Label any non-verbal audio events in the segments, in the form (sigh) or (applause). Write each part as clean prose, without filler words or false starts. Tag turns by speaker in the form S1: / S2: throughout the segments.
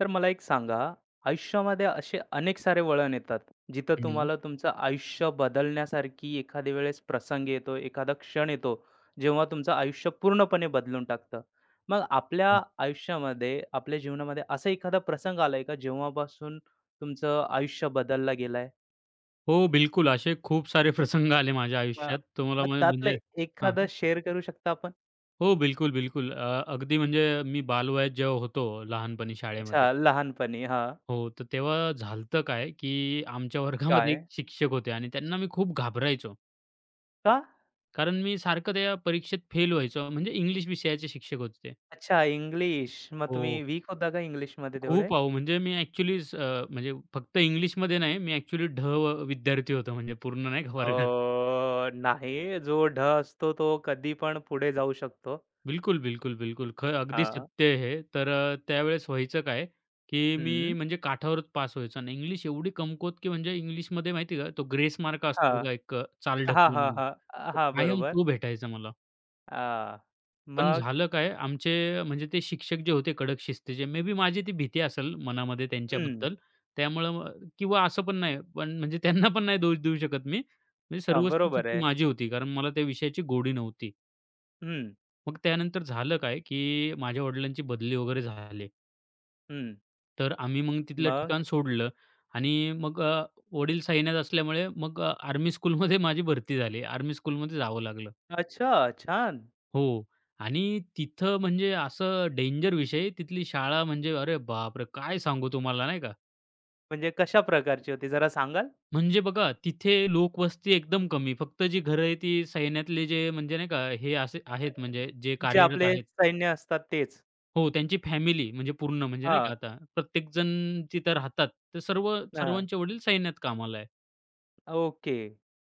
S1: तर मला एक सांगा, आयुष्यामध्ये असे अनेक सारे वळण येतात, जिथं
S2: हं.
S1: तुम्हाला तुमचं आयुष्य बदलण्यासारखी एखाद्या वेळेस प्रसंग येतो, एखादा क्षण येतो, जेव्हा तुमचं आयुष्य पूर्णपणे बदलून टाकतं. मग आपल्या आयुष्यामध्ये, आपल्या जीवनामध्ये असा एखादा प्रसंग आलाय का, जेव्हापासून तुमचं आयुष्य बदलला गेलंय?
S2: हो, बिलकुल. असे खूप सारे प्रसंग आले माझ्या
S1: अ,
S2: आयुष्यात. तुम्हाला
S1: मग
S2: म्हणजे
S1: त्यातलं
S2: हां,
S1: एखादं
S2: हां.
S1: शेअर करू शकता आपण?
S2: हो, बिलकुल, बिलकुल. अगदी म्हणजे मी बालवयात जेव्हा होतो लहानपणी
S1: अच्छा,
S2: शाळेमध्ये.
S1: लहानपणी. हां.
S2: हो, तर तेव्हा झालं काय, की आमच्या वर्गामध्ये एक
S1: काय?
S2: शिक्षक होते आणि त्यांना मी खूप घाबरायचो.
S1: का?
S2: कारण मी सारखं त्या परीक्षेत फेल व्हायचो. म्हणजे इंग्लिश विषयाचे शिक्षक होते ते.
S1: अच्छा, इंग्लिश. मग
S2: हो,
S1: तुम्ही वीक होता का इंग्लिशमध्ये तेवढे?
S2: खूप अहो, म्हणजे मी ॲक्चुअली म्हणजे फक्त इंग्लिशमध्ये नाही, मी ॲक्चुअली ढ विद्यार्थी होतो म्हणजे पूर्ण नाही का वर्गात.
S1: नाही. जो ढ असतो तो कधी पण पुढे जाऊ शकतो.
S2: बिलकुल, बिलकुल, बिलकुल. अगदी
S1: हां.
S2: सत्य आहे हे. तर त्यावेळेस व्हायचं काय, की मी
S1: हं.
S2: म्हणजे काठावरच पास व्हायचो आणि इंग्लिश एवढी कमकुवत, की म्हणजे इंग्लिशमध्ये माहिती का, तो ग्रेस मार्क
S1: हां.
S2: असतो बघा एक
S1: हां,
S2: चालढकल
S1: हां,
S2: म्हणून.
S1: हां.
S2: तर
S1: हां,
S2: कायम
S1: बरोबर.
S2: तो भेटायचा मला.
S1: हां.
S2: पण
S1: मग
S2: झालं काय, आमचे म्हणजे ते शिक्षक जे होते कडक शिस्तीचे, मे बी माझी ती भीती असेल मनामध्ये
S1: हं.
S2: त्यांच्याबद्दल. त्यामुळं मग किंवा असं पण नाही, पण म्हणजे त्यांना पण नाही दोष देऊ शकत मी. म्हणजे सर्वस्वी
S1: बरोबर
S2: चुकी
S1: आहे.
S2: माझी होती, कारण मला त्या विषयाची गोडी नव्हती.
S1: हं,
S2: मग त्यानंतर झालं काय, की माझ्या वडिलांची बदली वगैरे झाली.
S1: हं.
S2: तर आम्ही मग तिथलं
S1: मग?
S2: ठिकाण सोडलं आणि मग वडील सैन्यात असल्यामुळे मग आर्मी स्कूलमध्ये माझी भरती झाली. आर्मी स्कूलमध्ये जावं लागलं.
S1: अच्छा, छान.
S2: हो. आणि तिथं म्हणजे असं डेंजर विषय तिथली शाळा म्हणजे अरे बापरे! काय सांगू तुम्हाला नाही का.
S1: म्हणजे कशा प्रकारची होती जरा सांगाल?
S2: म्हणजे बघा तिथे लोकवस्ती एकदम कमी. फक्त जी घरं आहे ती सैन्यातले जे म्हणजे नाही का हे असे आहेत म्हणजे जे
S1: जे
S2: कार्यरत
S1: आपले
S2: आहेत.
S1: सैन्य असतात तेच.
S2: हो, त्यांची फॅमिली म्हणजे पूर्ण म्हणजे नाही का
S1: हां,
S2: आता प्रत्येकजण तिथं राहतात. तर
S1: हां.
S2: सर्वांचे वडील सैन्यात कामाला आहे
S1: ओके.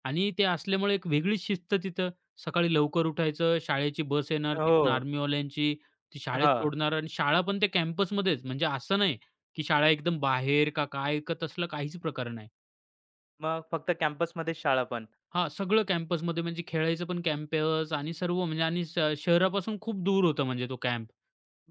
S2: आणि ते असल्यामुळे एक वेगळीच शिस्त तिथं. सकाळी लवकर उठायचं, शाळेची बस येणार, ती पण
S1: हो.
S2: आर्मीवाल्यांची. ती शाळेत
S1: हां.
S2: सोडणार आणि शाळा पण ते कॅम्पसमध्येच. म्हणजे असं नाही, की शाळा एकदम बाहेर का काय का तसलं काहीच प्रकार नाही.
S1: मग फक्त कॅम्पसमध्येच शाळा पण?
S2: हां, सगळं कॅम्पसमध्ये म्हणजे खेळायचं पण कॅम्पस आणि सर्व म्हणजे आणि शहरापासून खूप दूर होता म्हणजे तो कॅम्प.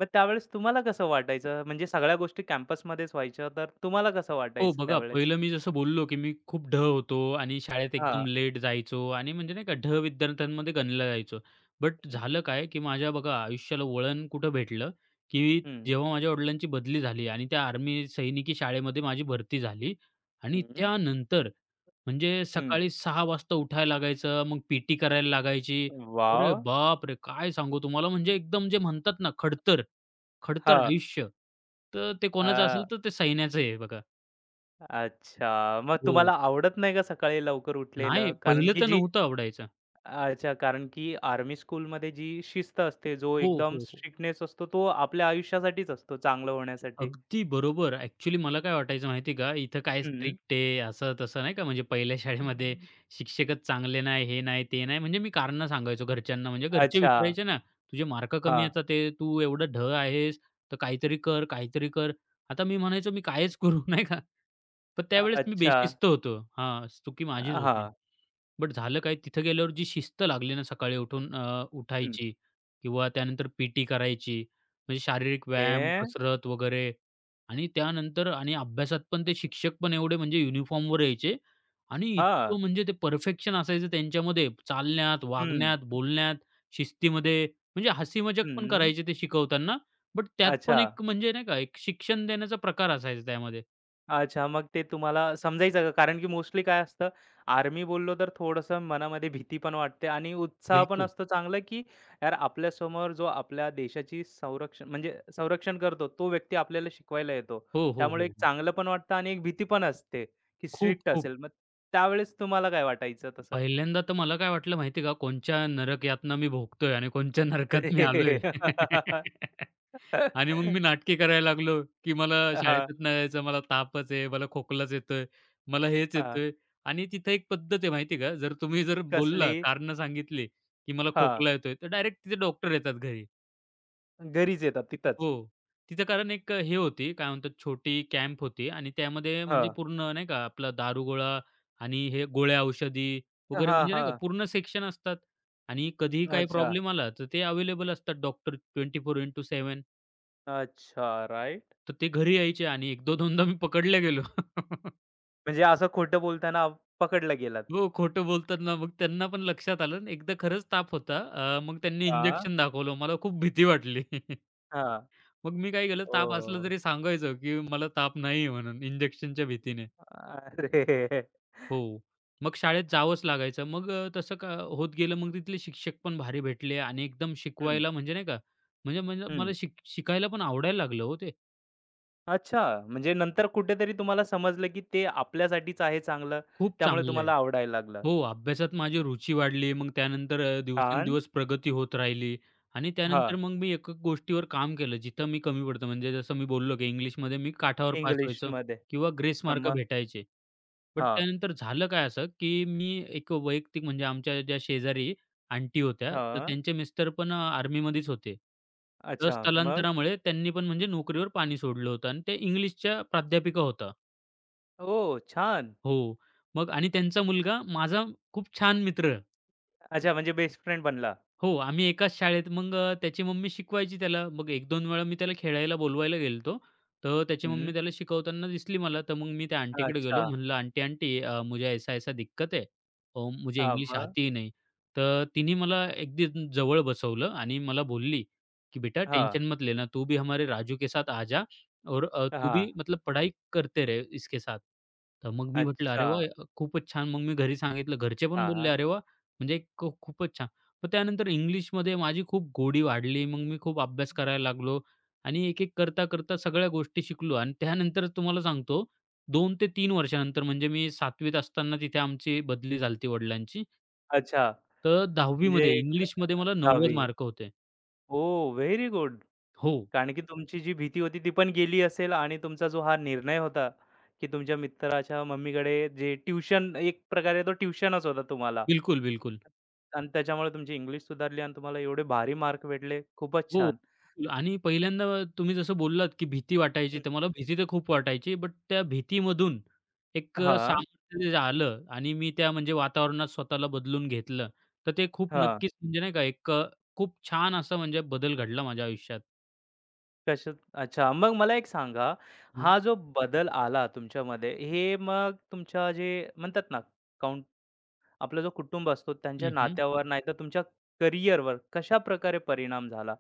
S1: मग त्यावेळेस तुम्हाला कसं वाटायचं? म्हणजे सगळ्या गोष्टी कॅम्पसमध्येच व्हायच्या, तर तुम्हाला कसं
S2: हो,
S1: वाटायचं
S2: बघा
S1: त्यावेळेस?
S2: पहिलं मी जसं बोललो, की मी खूप ढ होतो आणि शाळेत
S1: हां.
S2: एकदम लेट जायचो आणि म्हणजे नाही का ढ विद्यार्थ्यांमध्ये गणला जायचो. बट
S1: हं,
S2: झालं काय, की माझ्या बघा आयुष्याला वळण कुठं भेटलं, की
S1: हं,
S2: जेव्हा माझ्या वडिलांची बदली झाली आणि त्या आर्मी सैनिकी शाळेमध्ये माझी भरती झाली आणि
S1: हं,
S2: त्यानंतर म्हणजे
S1: हं.
S2: सकाळी 6:00 वाजता उठायला लागायचं, मग पी करायला लागायची. अरे
S1: वॉव!
S2: बापरे! काय सांगू तुम्हाला म्हणजे एकदम जे म्हणतात ना खडतर, खडतर
S1: हां.
S2: आयुष्य. तर ते कोणाचं
S1: हां.
S2: असेल तर ते सैन्याचं आहे बघा.
S1: अच्छा. मग तुम्हाला
S2: हो.
S1: आवडत नाही का सकाळी लवकर उठलेलं?
S2: नाही,
S1: कारण
S2: पहिलं
S1: की
S2: तर
S1: जी
S2: नव्हतं आवडायचं.
S1: अच्छा, कारण की आर्मी स्कूलमध्ये जी शिस्त असते, जो
S2: हो,
S1: एकदम
S2: हो, हो.
S1: स्ट्रिक्टनेस असतो, तो आपल्या आयुष्यासाठीच असतो, चांगलं होण्यासाठी.
S2: अगदी बरोबर. ॲक्चुअली मला काय वाटायचं माहिती आहे का, इथं काय
S1: हं.
S2: स्ट्रिक्ट आहे, असं-तसं नाही का, म्हणजे पहिल्या (laughs) शाळेमध्ये शिक्षकच चांगले नाही, हे नाही, ते नाही. म्हणजे मी कारणं सांगायचो घरच्यांना. म्हणजे घरचे
S1: अच्छा.
S2: विचारायचे ना, "तुझे मार्क कमी
S1: हां.
S2: येतात आहे, तू एवढं ढ आहेस, तर काहीतरी कर, काहीतरी कर." आता मी म्हणायचो, "मी कायच करू?" (laughs) नाही का? पण त्यावेळेस मी
S1: अच्छा.
S2: बेशिस्त होतो. हां, चुकी माझीच होती.
S1: हां.
S2: बट झालं काय, तिथं गेल्यावर जी शिस्त लागली ना सकाळी उठून
S1: हं.
S2: उठायची किंवा त्यानंतर पीटी करायची, म्हणजे शारीरिक व्यायाम,
S1: ते
S2: कसरत वगैरे आणि त्यानंतर आणि अभ्यासात पण ते शिक्षक पण एवढे म्हणजे युनिफॉर्मवर यायचे आणि
S1: हां.
S2: इतकं म्हणजे ते परफेक्शन असायचं त्यांच्यामध्ये चालण्यात,
S1: हं,
S2: वागण्यात, बोलण्यात, शिस्तीमध्ये. म्हणजे हसी-मजाक पण
S1: हं.
S2: करायचे ते शिकवताना. बट त्यात
S1: अच्छा,
S2: पण एक म्हणजे नाही का, एक शिक्षण देण्याचा प्रकार असायचा त्यामध्ये.
S1: अच्छा. मग ते तुम्हाला समजायचं का? कारण की मोस्टली काय असतं, आर्मी बोललो तर थोडंसं मनामध्ये भीती पण वाटते आणि उत्साह पण
S2: बिलकुल.
S1: असतो चांगला, की यार आपल्यासमोर जो आपल्या देशाची संरक्षण म्हणजे संरक्षण करतो, तो व्यक्ती आपल्याला शिकवायला येतो.
S2: हो, हो,
S1: त्यामुळे
S2: हो,
S1: एक
S2: हो.
S1: चांगलं पण वाटतं आणि एक भीती पण असते, की
S2: खूप,
S1: स्ट्रिक्ट
S2: खूप.
S1: असेल. मग त्यावेळेस तुम्हाला काय वाटायचं तसं?
S2: पहिल्यांदा तर मला काय वाटलं माहिती आहे का, कोणच्या नरक यातना मी भोगतोय आणि कोणच्या नरकात मी आलोय.
S1: अरे!
S2: (laughs) आणि मग मी
S1: (laughs)
S2: नाटके करायला लागलो, की मला
S1: हां,
S2: शाळेतच नाही जायचं, मला तापच आहे, मला खोकलाच येतोय, मला हेच
S1: हां.
S2: येतोय. आणि तिथे एक पद्धत आहे माहिती का, जर तुम्ही जर
S1: कसली?
S2: बोलला, कारणं सांगितली, की मला
S1: हां.
S2: खोकला येतोय, तर डायरेक्ट तिथे डॉक्टर येतात घरी.
S1: घरीच येतात तिथंच.
S2: हो. तिचं कारण एक हे होती, काय म्हणतात छोटी कॅम्प होती आणि त्यामध्ये म्हणजे
S1: हां.
S2: पूर्ण नाही का आपला दारुगोळा आणि हे गोळ्या, औषधी वगैरे
S1: हां,
S2: म्हणजे नाही का
S1: हां.
S2: पूर्ण सेक्शन असतात आणि कधीही काही
S1: अच्छा.
S2: प्रॉब्लेम आला, तर ते अवेलेबल असतात डॉक्टर 24/7.
S1: अच्छा, राइट.
S2: तर ते घरी यायचे आणि एक दोनदा मी पकडला गेलो. (laughs)
S1: म्हणजे असं खोटं बोलताना पकडला गेलात.
S2: हो, खोटं बोलताना मग त्यांना पण लक्षात आलं. आणि एकदा खरंच ताप होता. मग त्यांनी
S1: हां.
S2: इंजेक्शन दाखवलं. मला खूप भीती वाटली. (laughs)
S1: हां.
S2: मग मी काय केलं, ताप असला
S1: ओह!
S2: तरी सांगायचं, की मला ताप नाहीये म्हणून इंजेक्शनच्या भीतीने.
S1: अरे!
S2: हो. मग शाळेत जावंच लागायचं. मग तसं का होत गेलं, मग तिथले शिक्षक पण भारी भेटले आणि एकदम
S1: हं,
S2: शिकवायला म्हणजे नाही का, म्हणजे म्हणजे
S1: हं.
S2: मला शिकायला पण आवडायला लागलं हो ते.
S1: अच्छा, म्हणजे नंतर कुठेतरी तुम्हाला समजलं, की ते आपल्यासाठीच आहे चांगलं,
S2: खूप
S1: त्यामुळे
S2: चांगलं आहे.
S1: तुम्हाला आवडायला लागलं.
S2: हो, अभ्यासात माझी रुची वाढली. मग त्यानंतर
S1: छान.
S2: दिवसेंदिवस प्रगती होत राहिली आणि
S1: हां.
S2: त्यानंतर मग मी एका गोष्टीवर काम केलं, जिथं मी कमी पडतो. म्हणजे जसं मी बोललो, की इंग्लिशमध्ये मी काठावर पास व्हायचो
S1: इंग्लिशमध्ये.
S2: किंवा ग्रेस
S1: हं,
S2: मार्क
S1: मग?
S2: भेटायचे. बट
S1: हां,
S2: त्यानंतर झालं काय असं, की मी एक वैयक्तिक म्हणजे आमच्या ज्या शेजारी आंटी होत्या, तर
S1: हां.
S2: त्यांचे मिस्टर पण आर्मीमध्येच होते. तर
S1: अच्छा, मग?
S2: स्थलांतरामुळे त्यांनी पण म्हणजे नोकरीवर पाणी सोडलं होतं आणि ते इंग्लिशच्या प्राध्यापिका होत्या.
S1: ओ छान.
S2: हो. मग आणि त्यांचा मुलगा माझा खूप छान मित्र.
S1: अच्छा, म्हणजे बेस्ट फ्रेंड बनला.
S2: हो, आम्ही एकाच शाळेत मग त्याची मम्मी शिकवायची त्याला. मग 1-2 वेळा मी त्याला खेळायला बोलवायला गेलतो. तर त्याची
S1: हं.
S2: मम्मी त्याला शिकवताना दिसली मला. तर मग मी त्या आंटीकडे गेलो.
S1: अच्छा.
S2: म्हणलं, "आंटी, आंटी मुझे ऐसा-ऐसा दिक्कत है और मुझे
S1: हां,
S2: इंग्लिश
S1: मग?
S2: आती ही नहीं." तर तिने मला अगदी जवळ बसवलं आणि मला बोलली, की "बेटा
S1: हां,
S2: टेंशन मत लेना. तू भी हमारे राजू के साथ आ जा और तू
S1: हां.
S2: भी मतलब पढाई करते रहे इसके साथ." तर मग मी म्हटलं,
S1: अच्छा.
S2: "अरे वाह! खूपच छान." मग मी घरी सांगितलं. घरचे पण बोलले,
S1: हां.
S2: "अरे वाह! म्हणजे खूपच छान." मग त्यानंतर इंग्लिशमध्ये माझी खूप गोडी वाढली. मग मी खूप अभ्यास
S1: हो.
S2: करायला लागलो आणि एक-एक करता-करता सगळ्या गोष्टी शिकलो आणि त्यानंतर तुम्हाला सांगतो 2 ते 3 वर्षानंतर म्हणजे मी 7वी त असताना तिथे आमची बदली झाली होती वडिलांची.
S1: अच्छा,
S2: तर 10वी
S1: म्हणजे एक
S2: इंग्लिशमध्ये मला 90
S1: 10वी.
S2: मार्क होते.
S1: ओह! Very good.
S2: हो,
S1: कारण की तुमची जी भीती होती ती पण गेली असेल आणि तुमचा जो हा निर्णय होता, की तुमच्या मित्राच्या मम्मीकडे जे ट्यूशन एक प्रकारे तो ट्यूशनच होता तुम्हाला
S2: बिलकुल, बिलकुल.
S1: आणि त्याच्यामुळे तुमची इंग्लिश सुधारली आणि तुम्हाला एवढे भारी मार्क भेटले. खूपच
S2: हो,
S1: छान.
S2: बिलकुल आणि पहिल्यांदा तुम्ही जसं बोललात, की भीती वाटायची,
S1: हं.
S2: तर मला भीती तर खूप वाटायची. बट त्या भीतीमधून एक
S1: हां,
S2: सामर्थ्य जे आलं आणि मी त्या म्हणजे वातावरणात स्वतःला बदलून घेतलं. तर ते खूप
S1: हां.
S2: नक्कीच म्हणजे नाही का एक खूप छान असा म्हणजे बदल घडला माझ्या आयुष्यात.
S1: कशात अच्छा. मग मला एक सांगा,
S2: हं,
S1: हा जो बदल आला तुमच्यामध्ये, हे मग तुमच्या जे म्हणतात ना, आपला जो कुटुंब असतो त्यांच्या
S2: हं,
S1: नात्यावर नाहीतर तुमच्या करिअरवर कशाप्रकारे परिणाम झाला?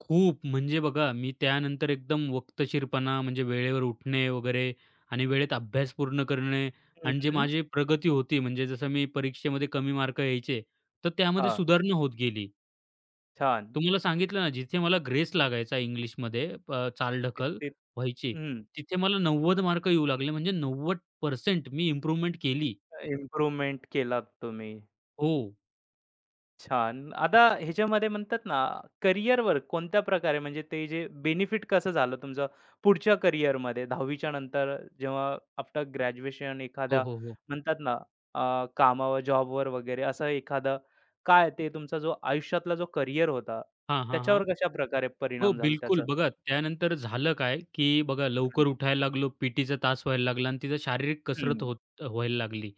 S2: खूप म्हणजे बघा मी त्यानंतर एकदम वक्तशीरपणा म्हणजे वेळेवर उठणे वगैरे आणि वेळेत अभ्यास पूर्ण करणे
S1: हं,
S2: आणि जे
S1: हं.
S2: माझी प्रगती होती म्हणजे जसं मी परीक्षेमध्ये कमी मार्क यायचे, तर त्यामध्ये
S1: हां,
S2: सुधारणा होत गेली.
S1: छान.
S2: तुम्हाला सांगितलं ना, जिथे मला ग्रेस लागायचा इंग्लिशमध्ये चालढकल
S1: किती
S2: व्हायची,
S1: हं,
S2: तिथे मला 90 मार्क येऊ लागले. म्हणजे 90% मी इम्प्रूव्हमेंट केली.
S1: इम्प्रूव्हमेंट केलात तुम्ही.
S2: हो.
S1: छान. आता ह्याच्यामध्ये म्हणतात ना, करिअरवर कोणत्या प्रकारे म्हणजे ते जे बेनिफिट कसं झालं तुमचं पुढच्या करिअरमध्ये 10वी च्या नंतर जेव्हा आफ्टर ग्रॅज्युएशन
S2: हो,
S1: एखादा
S2: हो, हो.
S1: म्हणतात ना, कामावर, जॉबवर वगैरे असं एखादं काय ते तुमचा जो आयुष्यातला जो करिअर होता,
S2: हां, हां,
S1: त्याच्यावर
S2: हां.
S1: कशाप्रकारे
S2: हो,
S1: परिणाम झाला
S2: बिलकुल.
S1: त्याचा?
S2: बघा त्यानंतर झालं काय, की बघा लवकर उठायला लागलो. पीटीचा तास व्हायला लागला आणि तिथं शारीरिक कसरत
S1: हं,
S2: व्हायला लागली.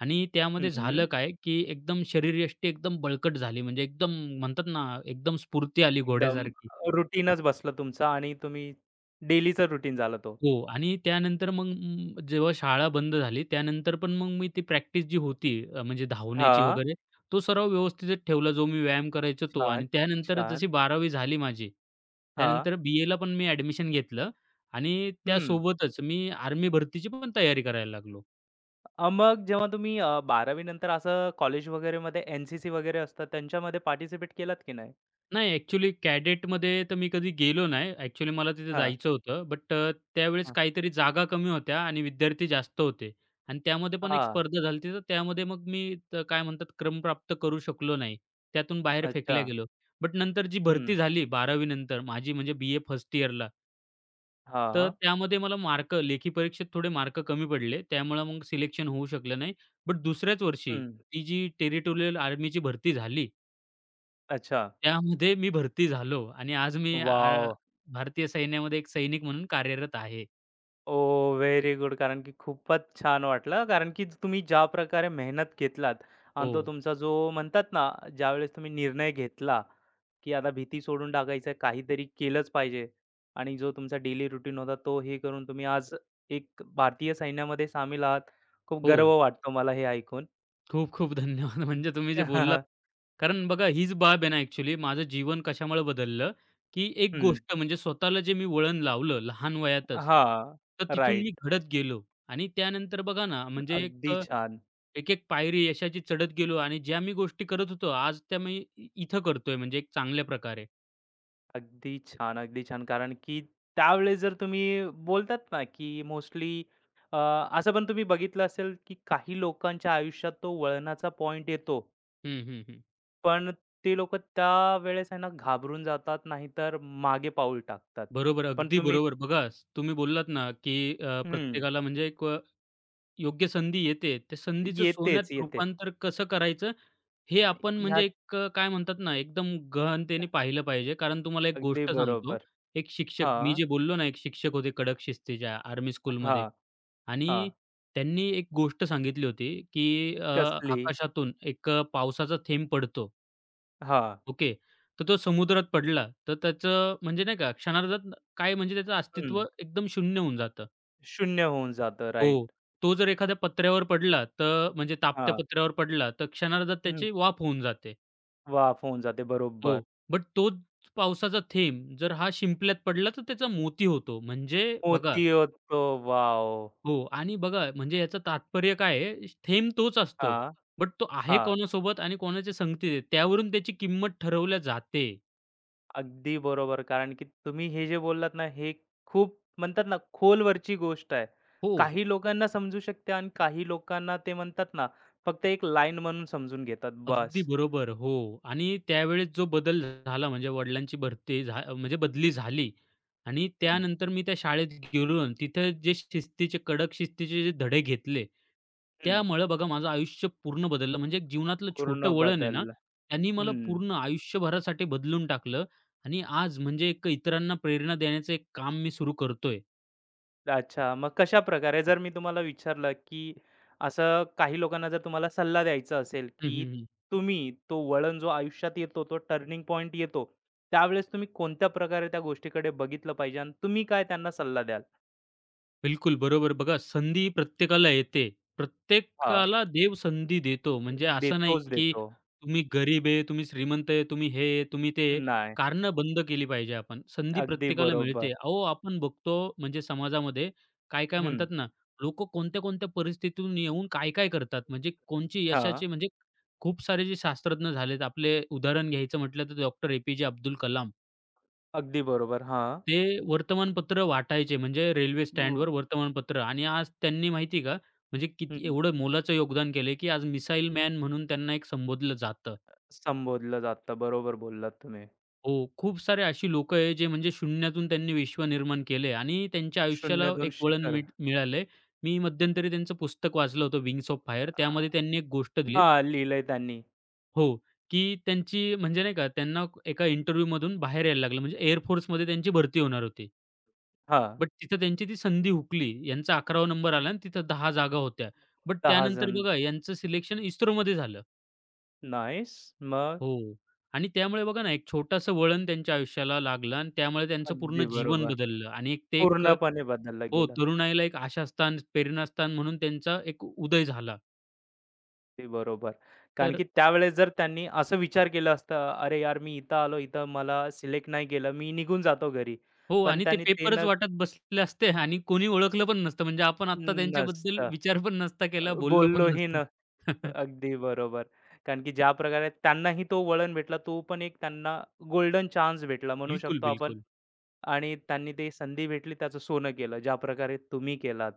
S2: आणि
S1: हं,
S2: त्यामध्ये
S1: हं.
S2: झालं काय, की एकदम शरीरयष्टी एकदम बळकट झाली. म्हणजे एकदम म्हणतात ना, एकदम स्फूर्ती आली
S1: एकदम
S2: घोड्यासारखी.
S1: रूटीनच बसलं तुमचं आणि तुम्ही डेलीचं रूटीन झालं तो.
S2: हो आणि त्यानंतर मग जेव्हा शाळा बंद झाली, त्यानंतर पण मग मी ती प्रॅक्टिस जी होती म्हणजे धावण्याची
S1: हां.
S2: वगैरे, तो सराव व्यवस्थितच ठेवला, जो मी व्यायाम करायचो तो. आणि
S1: छान,
S2: त्यानंतर जशी
S1: छान.
S2: 12वी झाली माझी,
S1: हां.
S2: त्यानंतर बी-एला पण मी ॲडमिशन घेतलं आणि
S1: हं.
S2: त्यासोबतच मी आर्मी भरतीची पण तयारी करायला लागलो.
S1: मग जेव्हा तुम्ही 12वी नंतर असं कॉलेज वगैरेमध्ये NCC वगैरे असतात, त्यांच्यामध्ये पार्टिसिपेट केलात की नाही?
S2: नाही ॲक्चुअली कॅडेटमध्ये तर मी कधी गेलो नाही. ॲक्चुअली मला तिथे
S1: हां,
S2: जायचं होतं. बट त्यावेळेस
S1: हां.
S2: काहीतरी जागा कमी होत्या आणि विद्यार्थी जास्त होते आणि त्यामध्ये पण एक
S1: हां,
S2: स्पर्धा झाली होती. तर त्यामध्ये मग मी तर काय म्हणतात क्रम प्राप्त करू शकलो नाही. त्यातून बाहेर फेकल्या
S1: अच्छा.
S2: गेलो. बट नंतर जी
S1: हं.
S2: भरती झाली 12वी नंतर माझी म्हणजे बी-ए फर्स्ट इयरला,
S1: हां,
S2: तर
S1: हां.
S2: त्यामध्ये मला मार्क लेखी परीक्षेत थोडे मार्क कमी पडले. त्यामुळे मग सिलेक्शन होऊ शकलं नाही. बट दुसऱ्याच वर्षी
S1: हं.
S2: ती जी टेरिटोरियल आर्मीची भरती झाली
S1: अच्छा.
S2: त्यामध्ये मी भरती झालो आणि आज मी
S1: वॉव!
S2: भारतीय सैन्यामध्ये एक सैनिक म्हणून कार्यरत आहे.
S1: ओह! Very good. कारण की खूपच छान वाटलं. कारण की तुम्ही ज्या प्रकारे मेहनत घेतलात आणि
S2: हो,
S1: तो तुमचा जो म्हणतात ना, ज्यावेळेस तुम्ही निर्णय घेतला, की आता भीती सोडून टाकायचं आहे, काहीतरी केलंच पाहिजे आणि जो तुमचा डेली रूटीन होता, तो हे करून तुम्ही आज एक भारतीय सैन्यामध्ये सामील आहात. खूप
S2: हो.
S1: गर्व वाटतो मला हे ऐकून.
S2: खूप-खूप धन्यवाद. (laughs) म्हणजे तुम्ही जे बोललात
S1: (laughs)
S2: कारण बघा हीच बाब आहे ना ॲक्चुअली माझं जीवन कशामुळे बदललं, की एक
S1: हं.
S2: गोष्ट म्हणजे स्वतःला जे मी वळण लावलं लहान वयातच,
S1: हां.
S2: तर तिथून मी
S1: राइट.
S2: घडत गेलो आणि त्यानंतर बघा ना म्हणजे
S1: अगदी छान.
S2: एक-एक पायरी यशाची चढत गेलो आणि ज्या मी गोष्टी करत होतो आज त्या मी इथं करतोय म्हणजे एक चांगल्या प्रकारे.
S1: अगदी छान, अगदी छान. कारण की त्यावेळेस जर तुम्ही बोलतात ना, की मोस्टली अ, असं पण तुम्ही बघितलं असेल, की काही लोकांच्या आयुष्यात तो वळणाचा पॉइंट येतो.
S2: हं, हं, हं.
S1: पण ते लोकं त्यावेळेस आहे ना घाबरून जातात, नाहीतर मागे पाऊल टाकतात.
S2: बरोबर,
S1: पण
S2: अगदी
S1: तुम्ही
S2: बरोबर. बघा, तुम्ही बोललात ना, की
S1: हं,
S2: प्रत्येकाला म्हणजे एक योग्य संधी येते. त्या संधीचं सोन्यात
S1: येतेच, येतेच.
S2: रूपांतर कसं करायचं,
S1: अ,
S2: हे आपण म्हणजे
S1: ह्यात
S2: एक काय म्हणतात ना, एकदम गहनतेने पाहिलं पाहिजे. कारण तुम्हाला एक
S1: अगदी
S2: गोष्ट सांगतो,
S1: बरोबर.
S2: एक शिक्षक मी
S1: हां,
S2: जे बोललो ना, एक शिक्षक होते कडक शिस्तीच्या आर्मी
S1: हां,
S2: स्कूलमध्ये
S1: हां.
S2: आणि त्यांनी एक गोष्ट सांगितली होती, की
S1: कसली?
S2: आकाशातून एक पावसाचा थेंब पडतो
S1: हां,
S2: ओके. तर तो समुद्रात पडला, तर त्याचं म्हणजे नाही का क्षणार्धात काय म्हणजे त्याचं अस्तित्व
S1: हं.
S2: एकदम शून्य होऊन जातं.
S1: शून्य होऊन जातं. राइट.
S2: हो. तो जर एखाद्या पत्र्यावर पडला, तर म्हणजे तापत्या
S1: हां,
S2: पत्र्यावर पडला, तर क्षणार्धात
S1: हं.
S2: त्याची वाफ होऊन जाते.
S1: वाफ होऊन जाते.
S2: हो.
S1: बरोबर.
S2: बट तोच पावसाचा थेंब जर हा शिंपल्यात पडला, तर त्याचा मोती होतो. म्हणजे बघा
S1: मोती होतो. वॉव!
S2: हो. आणि बघा म्हणजे याचं तात्पर्य काय आहे? थेंब तोच असतो.
S1: हां,
S2: बट तो आहे
S1: हां.
S2: कोणासोबत आणि कोणाच्या संगतीत आहे, त्यावरून त्याची किंमत ठरवल्या जाते.
S1: अगदी बरोबर. कारण की तुम्ही हे जे बोललात ना, हे खूप म्हणतात ना, खोलवरची गोष्ट आहे.
S2: हो.
S1: काही लोकांना समजू शकते आणि काही लोकांना ते म्हणतात ना, फक्त एक लाईन म्हणून समजून घेतात.
S2: अगदी
S1: बस.
S2: बरोबर. हो. आणि त्यावेळेस जो बदल झाला म्हणजे वडिलांची भरती म्हणजे बदली झाली आणि
S1: हं,
S2: त्यानंतर मी त्या शाळेत गेलो आणि तिथे जे शिस्तीचे, कडक शिस्तीचे जे धडे घेतले,
S1: हं.
S2: त्यामुळे बघा माझं आयुष्य पूर्ण बदललं. म्हणजे एक जीवनातलं छोटं
S1: पूर्ण
S2: वळण आहे ना,
S1: बदललं.
S2: त्यांनी मला
S1: हं.
S2: पूर्ण आयुष्यभरासाठी बदलून टाकलं आणि आज म्हणजे एक इतरांना प्रेरणा देण्याचं एक काम मी सुरू करतोय.
S1: अच्छा. मग कशाप्रकारे जर मी तुम्हाला विचारलं, की असं काही लोकांना जर तुम्हाला सल्ला द्यायचा असेल,
S2: हं, हं,
S1: की
S2: हं.
S1: तुम्ही तो वळण जो आयुष्यात येतो, तो टर्निंग पॉइंट येतो, त्यावेळेस तुम्ही कोणत्या प्रकारे त्या गोष्टीकडे बघितलं पाहिजे आणि तुम्ही काय त्यांना सल्ला द्याल?
S2: बिलकुल बरोबर. बघा संधी प्रत्येकाला येते.
S1: हां,
S2: प्रत्येकाला देव संधी देतो. म्हणजे असं नाही,
S1: देतोच
S2: की
S1: देतो.
S2: तुम्ही गरीब आहे, तुम्ही श्रीमंत आहे, तुम्ही हे आहे, तुम्ही ते आहे.
S1: नाही.
S2: कारणं बंद केली पाहिजे आपण. संधी
S1: अगदी
S2: प्रत्येकाला
S1: बरोबर.
S2: मिळते. अहो, आपण बघतो म्हणजे समाजामध्ये काय-काय
S1: हं.
S2: म्हणतात ना, लोकं कोणत्या-कोणत्या परिस्थितीतून येऊन काय-काय करतात. म्हणजे कोणची
S1: हां.
S2: यशाचे म्हणजे खूप सारे जे शास्त्रज्ञ झालेत. आपले उदाहरण घ्यायचं म्हटलं तर डॉक्टर ए. पी. जे. अब्दुल कलाम.
S1: अगदी बरोबर. हां.
S2: ते वर्तमानपत्र वाटायचे म्हणजे रेल्वे
S1: अ,
S2: स्टँडवर वर्तमानपत्र आणि आज त्यांनी माहिती का, म्हणजे किती
S1: हं.
S2: एवढं मोलाचं योगदान केले की आज मिसाईल मॅन म्हणून त्यांना एक संबोधलं जातं.
S1: संबोधलं जातं. बरोबर बोललात तुम्ही.
S2: हो, खूप सारे अशी लोक आहे जे म्हणजे शून्यातून त्यांनी विश्व निर्माण केलंय आणि त्यांच्या आयुष्याला
S1: शून्यातून
S2: एक वळण
S1: शिखर.
S2: मिळालंय. मी मध्यंतरी त्यांचं पुस्तक वाचलं होतं विंग्स ऑफ फायर
S1: अ,
S2: त्यामध्ये त्यांनी एक गोष्ट दिलीत
S1: हां, लिहिलंय त्यांनी.
S2: हो, की त्यांची म्हणजे नाही का त्यांना एका इंटरव्ह्यूमधून बाहेर यायला लागलं म्हणजे एअर त्यांची भरती होणार होती.
S1: हां.
S2: बट तिथं त्यांची ती संधी हुकली. यांचा 11वा नंबर आला आणि तिथं 10 जागा होत्या. बट
S1: 10
S2: त्यानंतर
S1: जण.
S2: बघा यांचं सिलेक्शन इस्रोमध्ये झालं.
S1: नाईस. मग
S2: हो. आणि त्यामुळे बघा ना, एक छोटंसं वळण त्यांच्या आयुष्याला लागलं आणि त्यामुळे त्यांचं
S1: अगदी
S2: पूर्ण जीवन
S1: बरोबर.
S2: बदललं आणि एक ते एक
S1: पूर्णपणे बदललं
S2: हो,
S1: गेलं.
S2: तरुणाईला एक आशास्थान, प्रेरणास्थान म्हणून त्यांचा एक उदय झाला.
S1: ते बरोबर. कारण
S2: तर
S1: की त्यावेळेस जर त्यांनी असं विचार केला असता, "अरे यार, मी इथं आलो, इथं मला सिलेक्ट नाही केलं, मी निघून जातो घरी."
S2: हो
S1: पण
S2: आणि ते
S1: त्यांनी ते
S2: पेपरच
S1: न
S2: वाटत बसले असते आणि कोणी ओळखलं पण नसतं. म्हणजे आपण आत्ता त्यांच्याबद्दल
S1: नसतं.
S2: विचार पण नसता केला, बोललो पण
S1: बोललोही
S2: नसतो.
S1: नसतं.
S2: (laughs)
S1: अगदी बरोबर. कारण की ज्या प्रकारे त्यांनाही तो वळण भेटला, तो पण एक त्यांना गोल्डन चान्स भेटला म्हणू
S2: बिलकुल,
S1: शकतो आपण.
S2: बिलकुल.
S1: आणि त्यांनी ती संधी भेटली, त्याचं सोनं केलं, ज्या प्रकारे तुम्ही केलात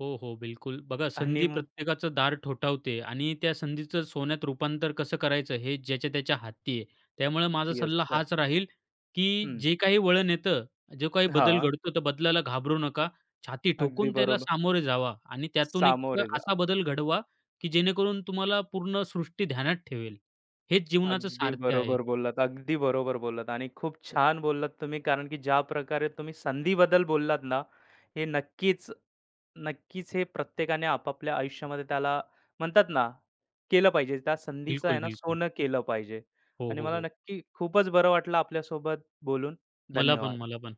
S2: हो, हो. बिलकुल. बघा
S1: आणि
S2: संधी प्रत्येकाचं दार ठोठावते आणि त्या संधीचं सोन्यात रूपांतर कसं करायचं हे ज्याच्या त्याच्या हाती आहे. त्यामुळे माझा
S1: ती
S2: सल्ला
S1: असतं.
S2: हाच राहील, की
S1: हं.
S2: जे काही वळण येतं, जो काही बदल
S1: हां.
S2: घडतो त्या बदलाला घाबरू नका. छाती
S1: अगदी
S2: ठोकून त्याला
S1: बरोबर.
S2: सामोरे जावा आणि त्यातून एक
S1: सामोरे जा.
S2: असा बदल घडवा, की जेणेकरून तुम्हाला पूर्ण सृष्टी ध्यानात ठेवेल. हेच जीवनाचं
S1: अगदी
S2: सार्थ आहे.
S1: बरोबर बोललात, अगदी बरोबर बोललात आणि खूप छान बोललात तुम्ही कारण की ज्या प्रकारे तुम्ही संधीबद्दल बोललात ना, हे नक्कीच, नक्कीच हे प्रत्येकाने आपापल्या आयुष्यामध्ये त्याला म्हणतात ना, केलं पाहिजे. त्या संधीचं आहे
S2: बिलकुल,
S1: ना
S2: बिलकुल.
S1: सोनं केलं पाहिजे
S2: हो,
S1: आणि
S2: हो,
S1: मला
S2: हो.
S1: नक्की खूपच बरं वाटलं आपल्यासोबत बोलून.
S2: मला पण,
S1: धन्यवाद.
S2: मला पण.